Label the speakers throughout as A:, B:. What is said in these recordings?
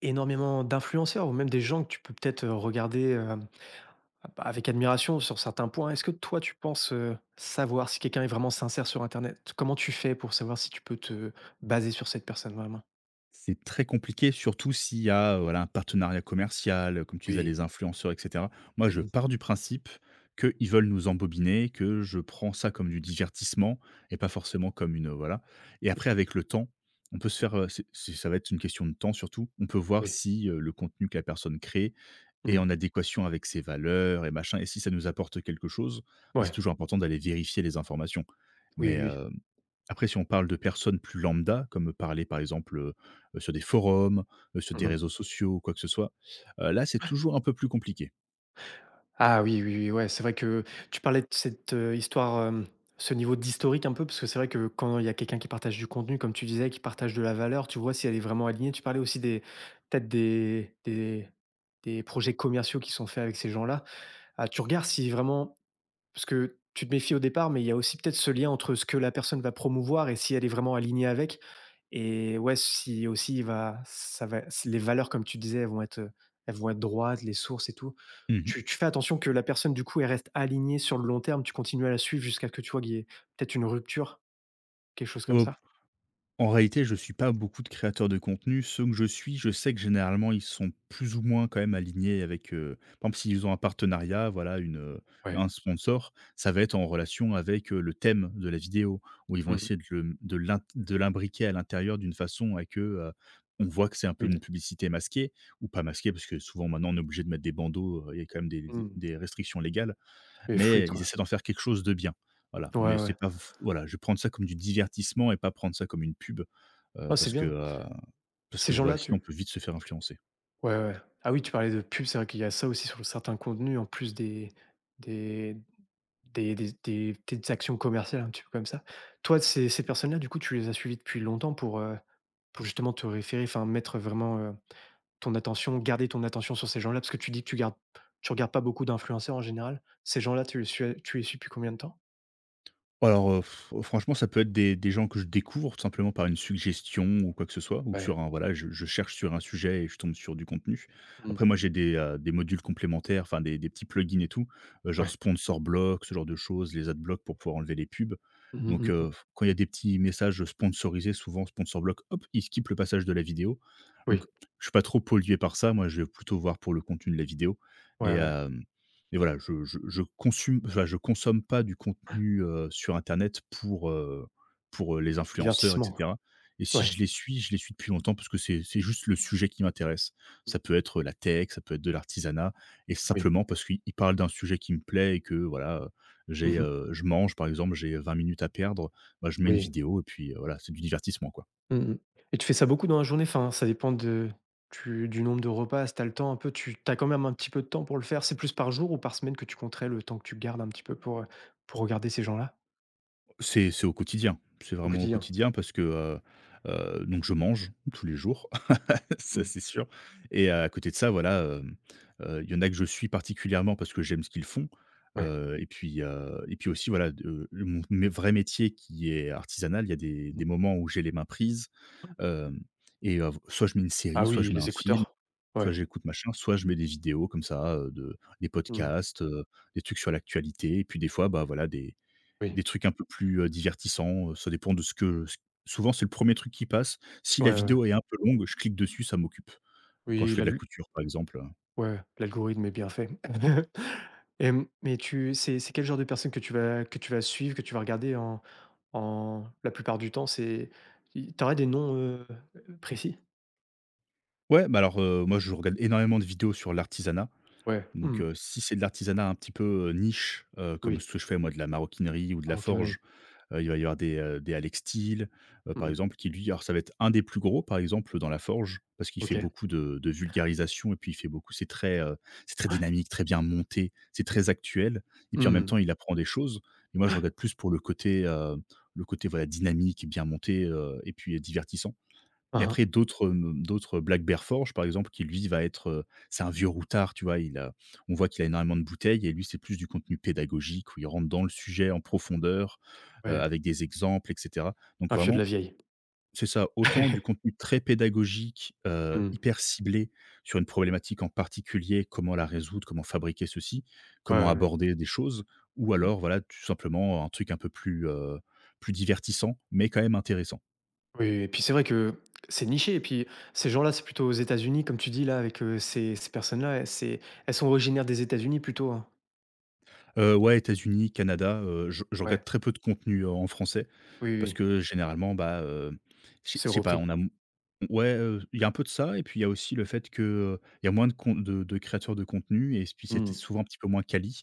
A: Énormément d'influenceurs ou même des gens que tu peux peut-être, regarder, avec admiration sur certains points. Est-ce que toi tu penses, savoir si quelqu'un est vraiment sincère sur internet? Comment tu fais pour savoir si tu peux te baser sur cette personne vraiment?
B: C'est très compliqué, surtout s'il y a, voilà, un partenariat commercial, comme tu disais,
A: Oui.
B: les influenceurs et cetera. Moi, je
A: Mmh.
B: pars du principe qu'ils veulent nous embobiner, que je prends ça comme du divertissement et pas forcément comme une, voilà. Et après avec le temps, on peut se faire, c'est ça va être une question de temps surtout. On peut voir
A: Oui.
B: si, le contenu que la personne crée et en
A: Mmh.
B: adéquation avec ses valeurs et machin, et si ça nous apporte quelque chose, mais c'est
A: Ouais.
B: toujours important d'aller vérifier les informations.
A: Oui, oui,
B: Mais,
A: oui.
B: après, si on parle de personnes plus lambda, comme parler par exemple, sur des forums, sur des
A: Mmh.
B: réseaux sociaux quoi que ce soit, là c'est toujours un peu plus compliqué.
A: Ah oui, oui, oui, ouais, c'est vrai que tu parlais de cette, histoire, ce niveau d'historique un peu, parce que c'est vrai que quand il y a quelqu'un qui partage du contenu, comme tu disais, qui partage de la valeur, tu vois si elle est vraiment alignée. Tu parlais aussi des peut-être des des projets commerciaux qui sont faits avec ces gens-là. Ah, tu regardes si vraiment parce que tu te méfies au départ, mais il y a aussi peut-être ce lien entre ce que la personne va promouvoir et si elle est vraiment alignée avec. Et ouais, si aussi il va, ça va, si les valeurs, comme tu disais, elles vont être droites, les sources et tout.
B: Mmh.
A: Tu fais attention que la personne, du coup, elle reste alignée sur le long terme, tu continues à la suivre jusqu'à ce que tu vois qu'il y ait peut-être une rupture, quelque chose comme
B: Au
A: ça?
B: En réalité, je suis pas beaucoup de créateurs de contenu. Ceux que je suis, je sais que généralement, ils sont plus ou moins quand même alignés avec, par exemple, s'ils ont un partenariat, voilà, une,
A: Ouais.
B: un sponsor, ça va être en relation avec, le thème de la vidéo, où ils vont
A: Mmh.
B: essayer de l'imbriquer à l'intérieur d'une façon à que, on voit que c'est un peu une
A: Fluide.
B: publicité masquée ou pas masquée, parce que souvent maintenant on est obligé de mettre des bandeaux, il y a quand même des
A: Mmh,
B: des restrictions légales,
A: mais
B: mais
A: fluide,
B: ils
A: quoi.
B: essaient d'en faire quelque chose de bien. Voilà,
A: Ouais,
B: mais c'est
A: ouais.
B: pas f voilà, je vais prendre ça comme du divertissement et pas prendre ça comme une pub, heu,
A: Oh, c'est
B: parce que,
A: bien.
B: heu, parce que
A: Ces
B: voilà,
A: gens-là,
B: sinon on
A: tu
B: peut vite se faire influencer.
A: ouais, ouais. Ah oui, tu parlais de pub, c'est vrai qu'il y a ça aussi sur certains contenus en plus des des des petites actions commerciales un petit peu comme ça. Toi, ces ces personnes-là, du coup, tu les as suivies depuis longtemps pour justement te référer, enfin mettre vraiment, ton attention garder ton attention sur ces gens-là? Parce que tu dis que tu gardes tu regardes pas beaucoup d'influenceurs en général. Ces gens-là, tu les suis depuis combien de temps?
B: Alors, f franchement, ça peut être des gens que je découvre tout simplement par une suggestion ou quoi que ce soit, ou
A: Ouais.
B: sur un voilà, je cherche sur un sujet et je tombe sur du contenu.
A: Mmh.
B: Après moi, j'ai des modules complémentaires, enfin des petits plugins et tout, genre
A: Ouais.
B: sponsor block, ce genre de choses, les adblocks pour pouvoir enlever les pubs.
A: Mmh
B: Donc,
A: mh, mmh.
B: quand il y a des petits messages sponsorisés, souvent sponsor block, hop, il skip le passage de la vidéo. Donc
A: Oui.
B: je suis pas trop pollué par ça, moi je vais plutôt voir pour le contenu de la vidéo
A: Ouais, ouais,
B: et
A: ouais.
B: euh, et voilà, je consomme pas du contenu, sur internet pour, les influenceurs et
A: Divertissement.
B: cetera. Et si
A: Ouais.
B: je les suis, je les suis depuis longtemps parce que c'est juste le sujet qui m'intéresse. Ça
A: Mmh.
B: peut être la tech, ça peut être de l'artisanat et
A: Oui.
B: simplement parce qu'ils parlent d'un sujet qui me plaît et que voilà,
A: Mmh.
B: je mange par exemple, j'ai 20 minutes à perdre, bah, je mets une
A: Oui.
B: vidéo et puis, voilà, c'est du divertissement, quoi.
A: Mmh mh. Et tu fais ça beaucoup dans la journée? Enfin, ça dépend de tu du nombre de repas, si tu le temps un peu, tu as quand même un petit peu de temps pour le faire? C'est plus par jour ou par semaine que tu compterais le temps que tu gardes un petit peu pour regarder ces gens-là?
B: C'est au quotidien, c'est
A: Au
B: vraiment au
A: quotidien?
B: quotidien parce que, donc je mange tous les jours. Ça,
A: Mmh.
B: c'est sûr. Et à côté de ça, voilà, il y en a que je suis particulièrement parce que j'aime ce qu'ils font,
A: Ouais.
B: et puis aussi, voilà, de mon mé vrai métier qui est artisanal, il y a des
A: Mmh.
B: moments où j'ai les mains prises, hem et soit je mets une série,
A: Ah
B: soit
A: oui,
B: je mets un
A: les
B: film,
A: écouteurs.
B: soit
A: Ouais.
B: j'écoute machin, soit je mets des vidéos comme ça, de des
A: Mmh.
B: podcasts, des trucs sur l'actualité et puis des fois, bah, voilà, des
A: Oui.
B: trucs un peu plus, divertissants, ça dépend de ce que ce souvent, c'est le premier truc qui passe. Si
A: Ouais,
B: la
A: ouais, ouais.
B: vidéo est un peu longue, je clique dessus, ça m'occupe. Quand je
A: Oui,
B: fais
A: la
B: de la
A: lu
B: couture, par exemple.
A: ouais, l'algorithme est bien fait. Mais tu c'est quel genre de personnes que tu vas suivre, que tu vas regarder en en la plupart du temps? C'est i des noms, précis?
B: Ouais, bah, alors, moi, je regarde énormément de vidéos sur l'artisanat.
A: Ouais.
B: Donc,
A: Mmh.
B: si c'est de l'artisanat un petit peu, niche, comme
A: Oui.
B: ce que je fais moi, de la maroquinerie ou de la
A: La
B: forge, il va y avoir des Alex Steel, par
A: Mmh.
B: exemple, qui lui alors ça va être un des plus gros, par exemple, dans la forge, parce qu'il fait
A: OK.
B: beaucoup de vulgarisation et puis il fait beaucoup, c'est très
A: Ouais.
B: dynamique, très bien monté, c'est très actuel et puis en même temps,
A: Mmh.
B: il apprend des choses. Et moi, je regarde plus pour le côté, voilà, dynamique, bien monté, et puis divertissant. Et
A: Mmh
B: après
A: mh.
B: d'autres, d'autres Black-Bear Forge par exemple, qui lui va être, c'est un vieux routard, tu vois? Il a, on voit qu'il a énormément de bouteilles, et lui c'est plus du contenu pédagogique où il rentre dans le sujet en profondeur,
A: Ouais,
B: avec des exemples et cetera. Donc
A: un vieux de la
B: vraiment,
A: vieille.
B: c'est ça, autant du contenu très pédagogique,
A: Mmh.
B: hyper ciblé sur une problématique en particulier, comment la résoudre, comment fabriquer ceci,
A: Ouais,
B: comment
A: ouais, ouais.
B: aborder des choses, ou alors voilà tout simplement un truc un peu plus, plus divertissant mais quand même intéressant.
A: Oui, oui et puis, c'est vrai que c'est niché et puis ces gens-là, c'est plutôt aux États-Unis comme tu dis là avec, ces ces personnes-là, elles c'est elles sont originaires des États-Unis plutôt, hein?
B: Ouais, États-Unis, Canada, je regarde
A: Ouais.
B: très peu de contenu, en français,
A: Oui, oui,
B: parce
A: oui.
B: que généralement, bah, je sais
A: C'est
B: je sais pas, on
A: repris.
B: a m ouais, il y a un peu de ça et puis il y a aussi le fait que, il y a moins de créateurs de contenu et puis c'était
A: Mmh.
B: souvent un petit peu moins quali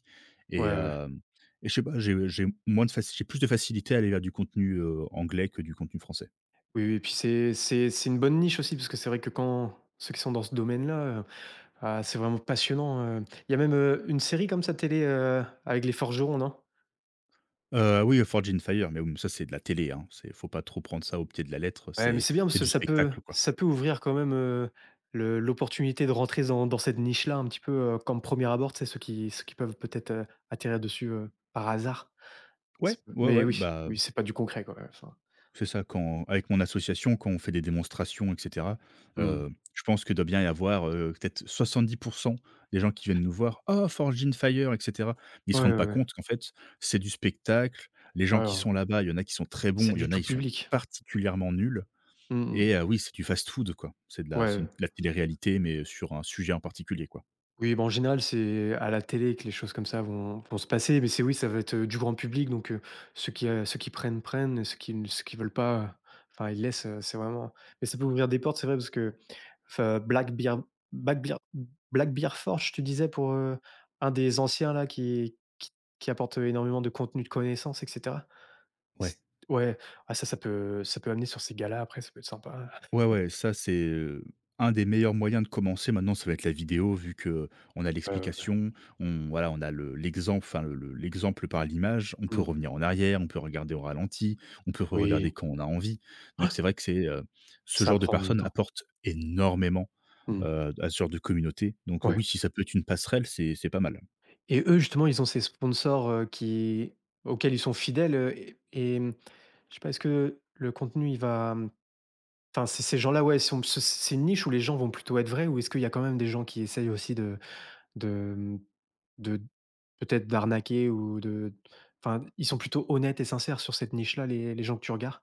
A: Ouais,
B: et
A: ouais.
B: hem et je sais pas, j'ai plus de facilité à aller vers du contenu, anglais, que du contenu français.
A: Oui, oui et puis c'est c'est une bonne niche aussi parce que c'est vrai que quand ceux qui sont dans ce domaine-là, ah, c'est vraiment passionnant. Il y a même, une série comme ça télé, avec les forgerons, non?
B: Oui, Forged in Fire, mais bon, ça, c'est de la télé, hein, c'est faut pas trop prendre ça au pied de la lettre,
A: Ouais, mais
B: c'est
A: c'est bien parce
B: c'est
A: que
B: du spectacle, quoi.
A: ça peut ouvrir quand même, le l'opportunité de rentrer dans dans cette niche-là un petit peu, comme premier abord, c'est ceux qui peuvent peut-être, atterrir dessus, par hasard. Ça
B: Ouais,
A: peut
B: ouais,
A: mais
B: ouais,
A: oui,
B: bah.
A: oui, c'est pas du concret, quoi, ouais, enfin.
B: C'est ça, quand avec mon association, quand on fait des démonstrations et cetera,
A: Mmh.
B: je pense que doit bien y avoir, peut-être 70 des gens qui viennent nous voir: «Oh, Forged in Fire» et cetera. Ils se
A: Ouais, ouais,
B: rendent pas
A: ouais.
B: compte qu'en fait, c'est du spectacle. Les gens
A: Ouais,
B: qui
A: ouais.
B: sont là-bas, il y en a qui sont très bons,
A: C'est
B: il y
A: du
B: en a,
A: tout
B: ils sont
A: public.
B: particulièrement nuls,
A: Mmh mh.
B: oui, c'est du fast-food, quoi. C'est de la, c'est une
A: Ouais.
B: de la télé-réalité, mais sur un sujet en particulier, quoi.
A: Oui, bah, en général, c'est à la télé que les choses comme ça vont vont se passer, mais c'est oui, ça va être, du grand public donc ceux qui prennent, prennent et ceux qui n ceux qui veulent pas, enfin, ils laissent, c'est vraiment mais ça peut ouvrir des portes, c'est vrai parce que enfin, Black Bear Back Bear Black Bear Forge, tu disais pour, un des anciens là qui apporte, énormément de contenu de connaissances et cetera? C
B: Ouais.
A: ouais, ah ça, ça peut amener sur ces galas après, ça peut être sympa.
B: Ouais, ouais, ça c'est, un des meilleurs moyens de commencer. Maintenant, ça va être la vidéo vu que on a
A: Heu,
B: l'explication, on voilà, on a le l'exemple, enfin le l'exemple par l'image. On peut
A: mmh,
B: revenir en arrière, on peut regarder au ralenti, on peut regarder
A: oui,
B: quand on a envie. Donc c'est vrai que c'est, ce
A: ça
B: genre de
A: apprend en même
B: personnes
A: temps.
B: apporte énormément,
A: Mmh,
B: à ce genre de communauté. Donc, oui,
A: ouais.
B: si ça peut être une passerelle, c'est pas mal.
A: Et eux, justement, ils ont ces sponsors, qui auxquels ils sont fidèles, et mmh, je sais pas, est-ce que le contenu, il va, mmh enfin, ces ces gens-là, ouais, sont ce c'est une niche où les gens vont plutôt être vrais ou est-ce qu'il y a quand même des gens qui essayent aussi de, mmh, de peut-être d'arnaquer ou de enfin, ils sont plutôt honnêtes et sincères sur cette niche-là, les gens que tu regardes?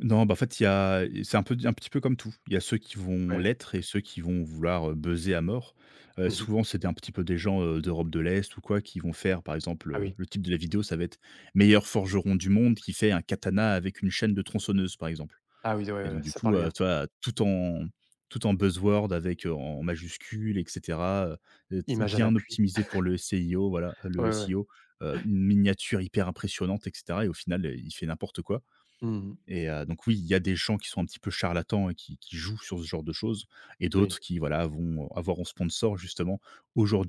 B: Non, bah, en fait, il y a, c'est un peu un petit peu comme tout. Il y a ceux qui vont
A: Ouais.
B: l'être et ceux qui vont vouloir, buzzer à mort.
A: Mmh.
B: Souvent, c'est un petit peu des gens, d'Europe de l'Est ou quoi, qui vont faire, par exemple,
A: Ah oui.
B: le type de la vidéo, ça va être: «Meilleur forgeron du monde qui fait un katana avec une chaîne de tronçonneuse», par exemple.
A: Ah oui, ouais,
B: Et donc
A: ouais,
B: du
A: ça
B: coup,
A: parle bien.
B: tu vois, tout en buzzword avec, en majuscule et cetera,
A: Image à
B: bien
A: l'appui.
B: optimisé pour le SEIO, voilà,
A: Ouais,
B: le
A: ouais, ouais.
B: SEO, une miniature hyper impressionnante et cetera, et au final, il fait n'importe quoi.
A: Mmh.
B: Donc oui, il y a des gens qui sont un petit peu charlatans et qui jouent sur ce genre de choses, et
A: Oui.
B: d'autres qui, voilà, vont avoir en sponsor justement: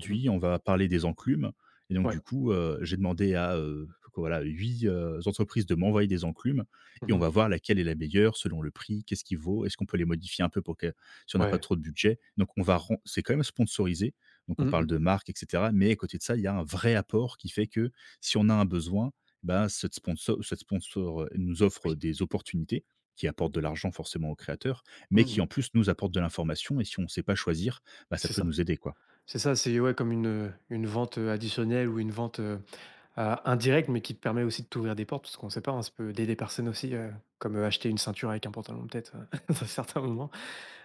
A: Mmh.
B: on va parler des enclumes» et donc
A: Ouais.
B: du coup, j'ai demandé à, voilà, 8 entreprises de m'envoyer des enclumes et on
A: Mmh.
B: va voir laquelle est la meilleure selon le prix, qu'est-ce qui vaut, est-ce qu'on peut les modifier un peu pour que si on n'a pas
A: Ouais.
B: trop de budget? Donc on va ren c'est quand même sponsorisé, donc on parle
A: Mmh.
B: de marque, et cetera, mais à côté de ça, il y a un vrai apport qui fait que si on a un besoin, bah, cette sponsor nous offre
A: Oui.
B: des opportunités qui apportent de l'argent forcément aux créateurs, mais qui
A: Mmh.
B: en plus nous apportent de l'information, et si on ne sait pas choisir, bah, ça
A: C'est
B: peut
A: ça.
B: nous aider, quoi.
A: C'est ça, c'est ouais, comme une vente, additionnelle ou une vente, a indirecte, mais qui te permet aussi de t'ouvrir des portes, parce qu'on ne sait pas, hein, ça peut aider des personnes aussi, comme, acheter une ceinture avec un pantalon peut-être, dans certains moments.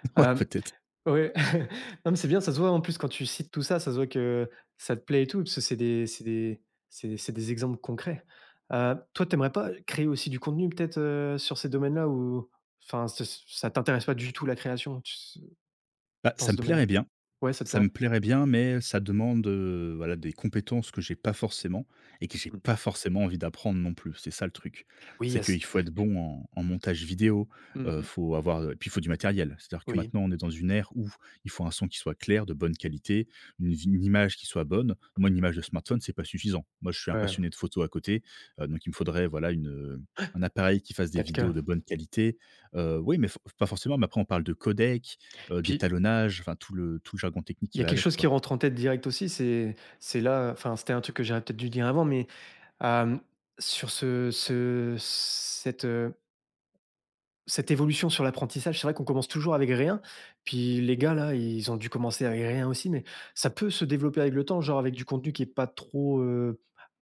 B: Ouais,
A: Hem,
B: peut-être.
A: ouais, non, mais c'est bien, ça se voit en plus quand tu cites tout ça, ça se voit que ça te plaît et tout, parce que c'est des c'est des c'est des exemples concrets. Toi, t'aimerais pas créer aussi du contenu peut-être, sur ces domaines-là ou enfin, ça ça t'intéresse pas du tout la création, tu
B: Bah,
A: dans
B: ça me
A: ce
B: plairait
A: domaine-là?
B: bien.
A: Ouais, ça te
B: Ça
A: plairait?
B: me plairait bien, mais ça demande, voilà, des compétences que j'ai pas forcément et que j'ai
A: Mm.
B: pas forcément envie d'apprendre non plus. C'est ça le truc.
A: Oui,
B: C'est
A: yes
B: qu'il faut
A: y
B: être bon en montage vidéo,
A: mmh.
B: faut avoir, et puis il faut du matériel. C'est-à-dire que
A: Oui.
B: maintenant on est dans une ère où il faut un son qui soit clair, de bonne qualité, une image qui soit bonne. Moi, une image de smartphone, c'est pas suffisant. Moi, je suis un
A: Ouais,
B: passionné de photo à côté, donc il me faudrait, voilà, un appareil qui fasse des
A: quatre
B: vidéos
A: k
B: de bonne qualité. Oui, mais f pas forcément, mais après on parle de codec,
A: Puis,
B: d'étalonnage, enfin tout le jargon technique
A: il
B: qui
A: y a
B: va
A: quelque
B: avec,
A: chose
B: quoi.
A: qui rentre en tête direct aussi, c'est là enfin, c'était un truc que j'aurais peut-être dû dire avant, mais, hem, sur ce ce cette, cette évolution sur l'apprentissage, c'est vrai qu'on commence toujours avec rien. Puis les gars là, ils ont dû commencer avec rien aussi, mais ça peut se développer avec le temps, genre avec du contenu qui est pas trop, heu,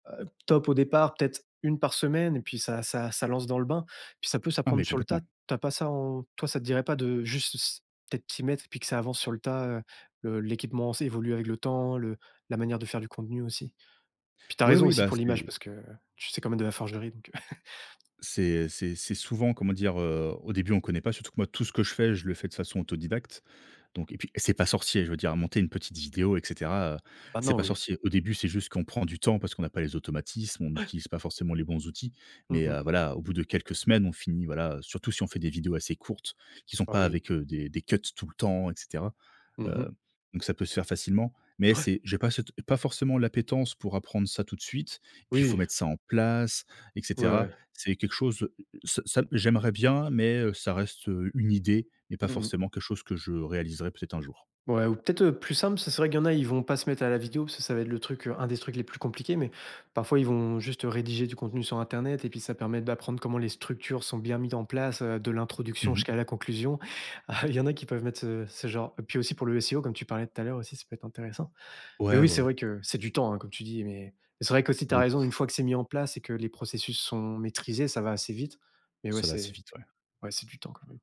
A: heu, top au départ, peut-être une par semaine et puis ça ça ça lance dans le bain. Puis ça peut
B: Ah mais
A: s'apprendre sur le tas.
B: complètement.
A: T'as pas ça en toi, ça te dirait pas de juste s peut-être t'y mettre et puis que ça avance sur le tas, le l'équipement évolue avec le temps, le la manière de faire du contenu aussi? Puis t'as
B: Oui,
A: raison
B: oui,
A: aussi
B: bah,
A: pour l'image parce que tu sais quand même de la forgerie donc
B: c'est souvent, comment dire, au début on connaît pas, surtout que moi tout ce que je fais, je le fais de façon autodidacte, donc et puis c'est pas sorcier, je veux dire monter une petite vidéo et cetera, c'est
A: maintenant
B: pas
A: oui.
B: sorcier. Au début, c'est juste qu'on prend du temps parce qu'on n'a pas les automatismes, on n'utilise pas forcément les bons outils,
A: Mmh
B: mais
A: mh.
B: voilà, au bout de quelques semaines, on finit, voilà, surtout si on fait des vidéos assez courtes qui sont
A: Ah
B: pas
A: oui.
B: avec, des cuts tout le temps etc.
A: Mmh.
B: Heu, donc ça peut se faire facilement, mais
A: Ouais.
B: c'est j'ai pas cette pas forcément l'appétence pour apprendre ça tout de suite. Et puis il faut
A: Oui.
B: mettre ça en place et
A: Ouais,
B: cetera.
A: ouais.
B: C'est quelque chose, ça ça j'aimerais bien, mais ça reste, une idée et pas
A: Mmh mh.
B: forcément quelque chose que je réaliserai peut-être un jour.
A: Ouais ou peut-être, plus simple, c'est vrai qu'il y en a, ils vont pas se mettre à la vidéo parce que ça va être le truc, un des trucs les plus compliqués, mais parfois ils vont juste rédiger du contenu sur internet et puis ça permet d'apprendre comment les structures sont bien mises en place, de l'introduction
B: Mmh.
A: jusqu'à la conclusion. Ah, il y en a qui peuvent mettre ce ce genre Et puis aussi pour le SEO comme tu parlais tout à l'heure aussi, ça peut être intéressant. Mais
B: Ouais, ouais,
A: oui, c'est
B: ouais,
A: vrai que c'est du temps, hein, comme tu dis, mais c'est vrai qu'aussi tu as
B: beaucoup.
A: raison, une fois que c'est mis en place et que les processus sont maîtrisés, ça va assez vite. Mais
B: Ça va assez vite, ouais.
A: ouais, c'est du temps quand même.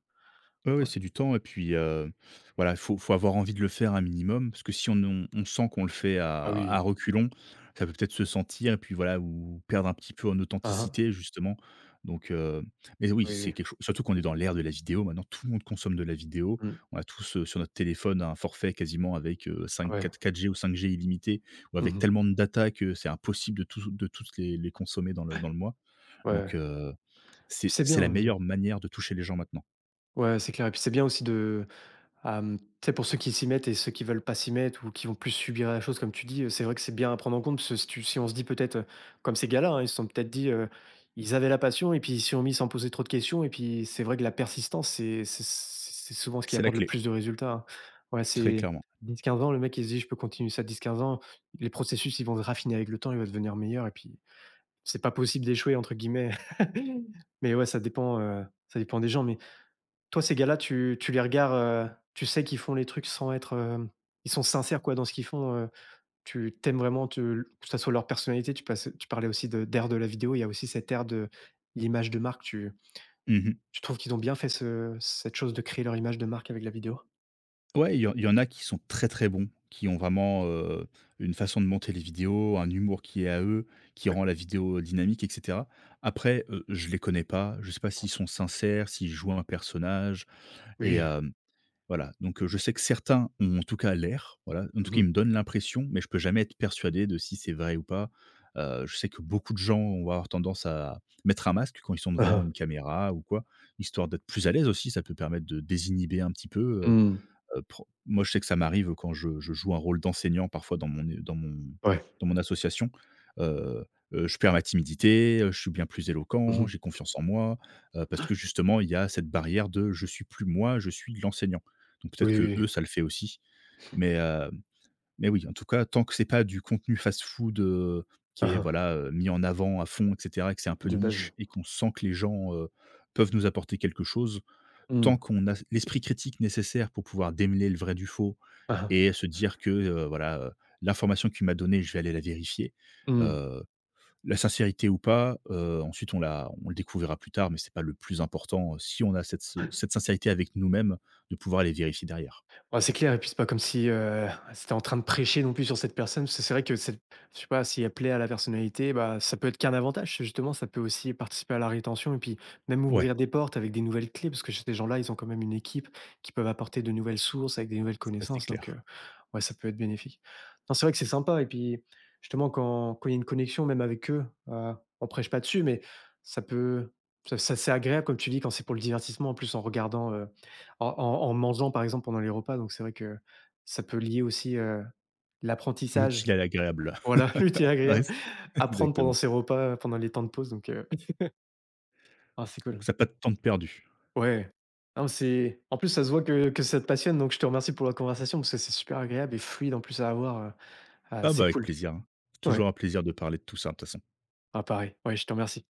B: Ouais, ouais,
A: Ouais.
B: c'est du temps et puis, voilà, il faut avoir envie de le faire un minimum parce que si on sent qu'on le fait à
A: Ah
B: à
A: oui.
B: reculons, ça peut peut-être se sentir et puis voilà ou perdre un petit peu en
A: Ah hein.
B: authenticité justement donc mais oui,
A: Oui,
B: c'est
A: oui.
B: quelque chose surtout qu'on est dans l'ère de la vidéo maintenant, tout le monde consomme de la vidéo.
A: Mmh.
B: On a tous, sur notre téléphone un forfait quasiment avec, 5
A: Ouais.
B: 4 4G ou 5G illimité ou avec
A: Mmh.
B: tellement de data que c'est impossible de tous de toutes les consommer dans le mois donc
A: Ouais.
B: c'est
A: Puis c'est
B: c'est
A: bien,
B: la
A: mmh.
B: meilleure manière de toucher les gens maintenant.
A: Ouais, c'est clair et puis c'est bien aussi de, tu sais, pour ceux qui s'y mettent et ceux qui veulent pas s'y mettre ou qui vont plus subir la chose comme tu dis, c'est vrai que c'est bien à prendre en compte parce que si tu si on se dit peut-être, comme ces gars-là, hein, ils se sont peut-être dit, ils avaient la passion et puis ils s'y ont mis sans poser trop de questions et puis c'est vrai que la persistance, c'est c'est souvent ce qui
B: C'est la
A: apporte le
B: clé.
A: plus de résultats, hein. Ouais,
B: Très
A: c'est
B: clairement.
A: 10 15 ans, le mec, il se dit: «Je peux continuer ça 10 15 ans». Les processus, ils vont se raffiner avec le temps, ils vont devenir meilleurs et puis c'est pas possible d'échouer entre guillemets. Mais ouais, ça dépend des gens mais toi, ces gars-là, tu les regardes, tu sais qu'ils font les trucs sans être, ils sont sincères, quoi, dans ce qu'ils font, tu tu aimes vraiment te que ça soit leur personnalité, tu passes tu parlais aussi de d'ère de la vidéo, il y a aussi cette ère de l'image de marque, tu
B: Mmh.
A: tu trouves qu'ils ont bien fait ce cette chose de créer leur image de marque avec la vidéo?
B: Ouais, il y en a qui sont très, très bons, qui ont vraiment, une façon de monter les vidéos, un humour qui est à eux, qui
A: Ouais.
B: rend la vidéo dynamique et cetera. Après, je les connais pas, je sais pas s'ils sont sincères, s'ils jouent un personnage et
A: Oui,
B: voilà, donc je sais que certains ont en tout cas l'air, voilà, en tout
A: oui.
B: cas,
A: Mmh
B: ils
A: mh.
B: me donnent l'impression, mais je peux jamais être persuadé de si c'est vrai ou pas. Je sais que beaucoup de gens vont avoir tendance à mettre un masque quand ils sont
A: Hein
B: devant
A: hein.
B: une caméra ou quoi, histoire d'être plus à l'aise aussi. Ça peut permettre de désinhiber un petit peu.
A: Mmh.
B: Pro moi, je sais que ça m'arrive quand je joue un rôle d'enseignant parfois
A: Ouais.
B: dans mon association, heu je perds ma timidité, je suis bien plus éloquent,
A: Mmh.
B: j'ai confiance en moi, parce que justement il y a cette barrière de: «Je suis plus moi, je suis l'enseignant». Donc peut-être
A: Oui,
B: que eux
A: oui.
B: ça le fait aussi, mais heu, mais oui, en tout cas, tant que c'est pas du contenu fast-food,
A: Hein
B: qui est
A: hein.
B: voilà, mis en avant à fond et cetera et que c'est un peu
A: Du buzz.
B: niche et qu'on sent que les gens, peuvent nous apporter quelque chose tant
A: Mmh.
B: qu'on a l'esprit critique nécessaire pour pouvoir démêler le vrai du faux
A: Hein hein.
B: et se dire que, voilà, l'information qu'il m'a donnée, je vais aller la vérifier,
A: Mmh.
B: heu, la sincérité ou pas, ensuite on le découvrira plus tard, mais c'est pas le plus important, si on a cette sincérité avec nous-mêmes, de pouvoir aller vérifier derrière.
A: Ouais, c'est clair et puis c'est pas comme si, c'était en train de prêcher non plus sur cette personne, parce que c'est vrai que c'est je sais pas, si elle plaît à la personnalité, bah, ça peut être qu'un avantage. Justement, ça peut aussi participer à la rétention et puis même
B: Ouais,
A: ouvrir des portes avec des nouvelles clés, parce que chez ces gens-là, ils ont quand même une équipe qui peuvent apporter de nouvelles sources avec des nouvelles
B: ça c'est
A: connaissances donc
B: clair.
A: ouais, ça peut être bénéfique. Non, c'est vrai que c'est sympa et puis justement quand quand il y a une connexion même avec eux, on prêche pas dessus mais ça peut ça ça c'est agréable comme tu dis quand c'est pour le divertissement en plus en regardant, en en en mangeant, par exemple, pendant les repas, donc c'est vrai que ça peut lier aussi, l'apprentissage.
B: L'utile à l'agréable.
A: Voilà, le
B: Ouais,
A: agréable.
B: c
A: Apprendre pendant
B: exactement.
A: ses repas, pendant les temps de pause, donc ah, c'est cool.
B: Ça a pas de temps de perdu.
A: Ouais. Non, c'est en plus, ça se voit que ça te passionne, donc je te remercie pour la conversation parce que c'est super agréable et fluide en plus à avoir, ah,
B: Ah bah,
A: c'est
B: avec
A: cool.
B: plaisir, hein. Toujours
A: Ouais.
B: un plaisir de parler de tout ça, de toute façon.
A: Ah, pareil. Ouais, je te remercie.